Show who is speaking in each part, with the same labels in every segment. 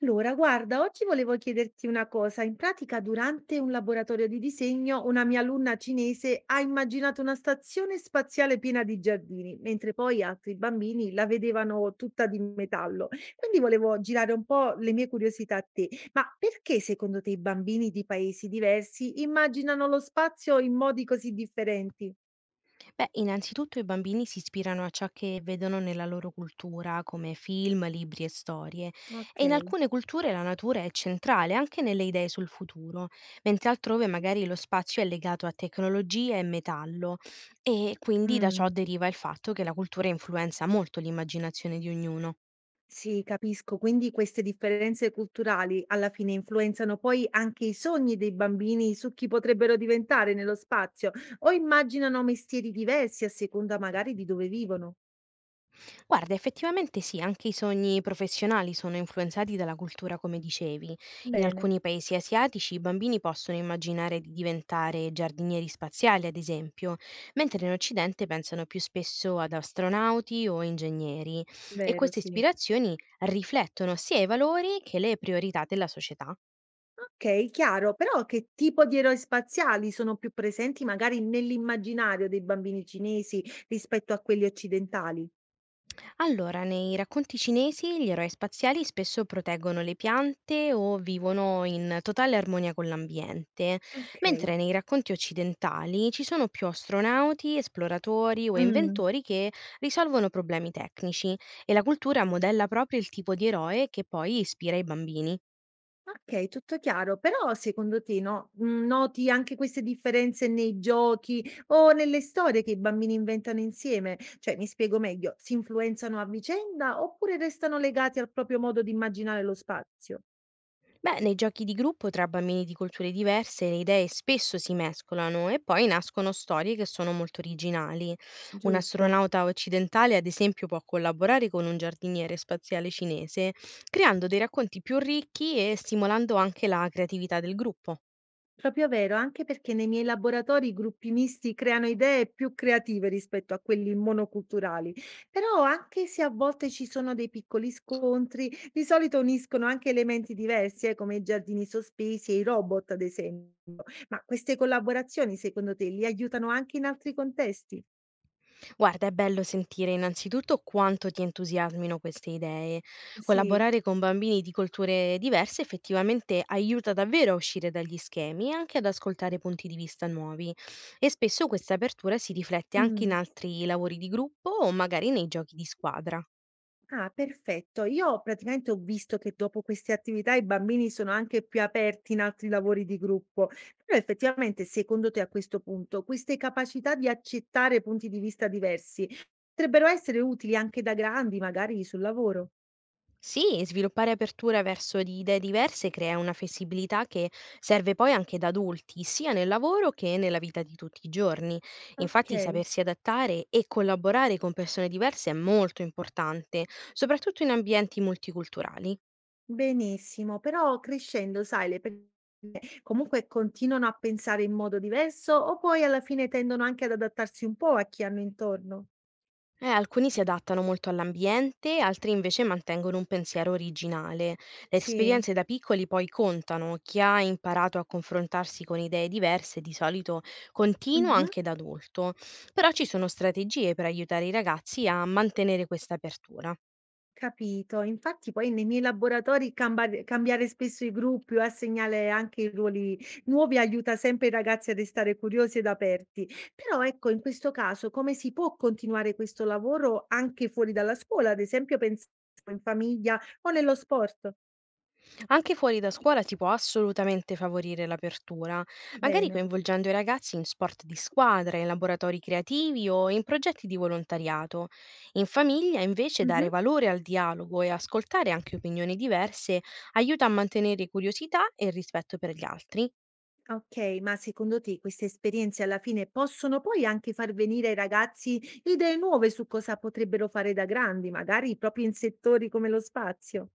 Speaker 1: Allora, guarda, oggi volevo chiederti una cosa. In pratica, durante un laboratorio di disegno, una mia alunna cinese ha immaginato una stazione spaziale piena di giardini, mentre poi altri bambini la vedevano tutta di metallo. Quindi volevo girare un po' le mie curiosità a te. Ma perché secondo te i bambini di paesi diversi immaginano lo spazio in modi così differenti?
Speaker 2: Beh, innanzitutto i bambini si ispirano a ciò che vedono nella loro cultura, come film, libri e storie,
Speaker 1: Ok.
Speaker 2: e in alcune culture la natura è centrale anche nelle idee sul futuro, mentre altrove magari lo spazio è legato a tecnologia e metallo, e quindi da ciò
Speaker 1: Mm.
Speaker 2: deriva il fatto che la cultura influenza molto l'immaginazione di ognuno.
Speaker 1: Sì, capisco. Quindi queste differenze culturali alla fine influenzano poi anche i sogni dei bambini su chi potrebbero diventare nello spazio o immaginano mestieri diversi a seconda magari di dove vivono.
Speaker 2: Guarda, effettivamente sì, anche i sogni professionali sono influenzati dalla cultura, come dicevi. In
Speaker 1: Bene,
Speaker 2: alcuni paesi asiatici i bambini possono immaginare di diventare giardinieri spaziali, ad esempio, mentre in Occidente pensano più spesso ad astronauti o ingegneri. E
Speaker 1: vero,
Speaker 2: queste
Speaker 1: sì.
Speaker 2: ispirazioni riflettono sia i valori che le priorità della società.
Speaker 1: Ok, chiaro, però che tipo di eroi spaziali sono più presenti magari nell'immaginario dei bambini cinesi rispetto a quelli occidentali?
Speaker 2: Allora, nei racconti cinesi gli eroi spaziali spesso proteggono le piante o vivono in totale armonia con l'ambiente,
Speaker 1: Ok.
Speaker 2: mentre nei racconti occidentali ci sono più astronauti, esploratori o
Speaker 1: Mm.
Speaker 2: inventori che risolvono problemi tecnici e la cultura modella proprio il tipo di eroe che poi ispira i bambini.
Speaker 1: Okay, tutto chiaro. Però secondo te, no, noti anche queste differenze nei giochi o nelle storie che i bambini inventano insieme? Cioè, mi spiego meglio, si influenzano a vicenda oppure restano legati al proprio modo di immaginare lo spazio?
Speaker 2: Beh, nei giochi di gruppo tra bambini di culture diverse le idee spesso si mescolano e poi nascono storie che sono molto originali. Un
Speaker 1: Giusto.
Speaker 2: astronauta occidentale, ad esempio, può collaborare con un giardiniere spaziale cinese, creando dei racconti più ricchi e stimolando anche la creatività del gruppo.
Speaker 1: Proprio vero, anche perché nei miei laboratori i gruppi misti creano idee più creative rispetto a quelli monoculturali, però anche se a volte ci sono dei piccoli scontri, di solito uniscono anche elementi diversi, come i giardini sospesi e i robot, ad esempio. Ma queste collaborazioni, secondo te, li aiutano anche in altri contesti?
Speaker 2: Guarda, è bello sentire innanzitutto quanto ti entusiasmino queste idee.
Speaker 1: Sì.
Speaker 2: Collaborare con bambini di culture diverse effettivamente aiuta davvero a uscire dagli schemi e anche ad ascoltare punti di vista nuovi. E spesso questa apertura si riflette anche in
Speaker 1: Mm.
Speaker 2: altri lavori di gruppo o magari nei giochi di squadra.
Speaker 1: Ah, perfetto. Io praticamente ho visto che dopo queste attività i bambini sono anche più aperti in altri lavori di gruppo. Però effettivamente, secondo te a questo punto, queste capacità di accettare punti di vista diversi potrebbero essere utili anche da grandi, magari sul lavoro?
Speaker 2: Sì, sviluppare apertura verso di idee diverse crea una flessibilità che serve poi anche da adulti, sia nel lavoro che nella vita di tutti i giorni.
Speaker 1: Ok,
Speaker 2: Infatti, sapersi adattare e collaborare con persone diverse è molto importante, soprattutto in ambienti multiculturali.
Speaker 1: benissimo. Però crescendo, sai, le persone comunque continuano a pensare in modo diverso o poi alla fine tendono anche ad adattarsi un po' a chi hanno intorno?
Speaker 2: Alcuni si adattano molto all'ambiente, altri invece mantengono un pensiero originale. Le
Speaker 1: Sì.
Speaker 2: esperienze da piccoli poi contano. Chi ha imparato a confrontarsi con idee diverse di solito continua
Speaker 1: Mhm.
Speaker 2: anche da adulto. Però ci sono strategie per aiutare i ragazzi a mantenere questa apertura.
Speaker 1: Capito. Infatti poi nei miei laboratori cambare cambiare spesso i gruppi o assegnare anche i ruoli nuovi aiuta sempre i ragazzi a restare curiosi ed aperti. Però ecco, in questo caso come si può continuare questo lavoro anche fuori dalla scuola, ad esempio pensavo in famiglia o nello sport?
Speaker 2: Anche fuori da scuola si può assolutamente favorire l'apertura, magari
Speaker 1: Bene.
Speaker 2: coinvolgendo i ragazzi in sport di squadra, in laboratori creativi o in progetti di volontariato. In famiglia, invece,
Speaker 1: Mh-mh.
Speaker 2: dare valore al dialogo e ascoltare anche opinioni diverse aiuta a mantenere curiosità e rispetto per gli altri.
Speaker 1: Okay, ma secondo te queste esperienze alla fine possono poi anche far venire ai ragazzi idee nuove su cosa potrebbero fare da grandi, magari proprio in settori come lo spazio?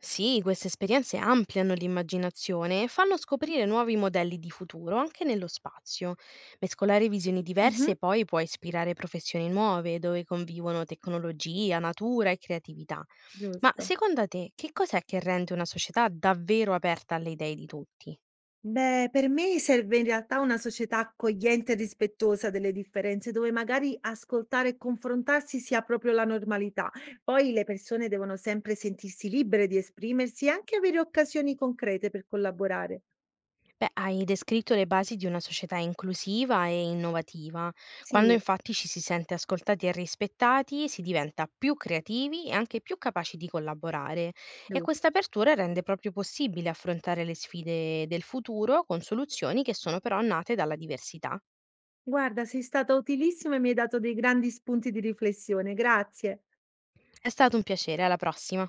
Speaker 2: Sì, queste esperienze ampliano l'immaginazione e fanno scoprire nuovi modelli di futuro anche nello spazio. Mescolare visioni
Speaker 1: Mh-mh.
Speaker 2: diverse poi può ispirare professioni nuove dove convivono tecnologia, natura e creatività. Ma
Speaker 1: Giusto.
Speaker 2: secondo te, che cos'è che rende una società davvero aperta alle idee di tutti?
Speaker 1: Beh, per me serve in realtà una società accogliente e rispettosa delle differenze, dove magari ascoltare e confrontarsi sia proprio la normalità. Poi le persone devono sempre sentirsi libere di esprimersi e anche avere occasioni concrete per collaborare.
Speaker 2: Beh, hai descritto le basi di una società inclusiva e innovativa. Quando
Speaker 1: Sì,
Speaker 2: infatti ci si sente ascoltati e rispettati, si diventa più creativi e anche più capaci di collaborare. E questa
Speaker 1: giusto.
Speaker 2: apertura rende proprio possibile affrontare le sfide del futuro con soluzioni che sono però nate dalla diversità.
Speaker 1: Guarda, sei stata utilissima e mi hai dato dei grandi spunti di riflessione. Grazie.
Speaker 2: È stato un piacere, alla prossima.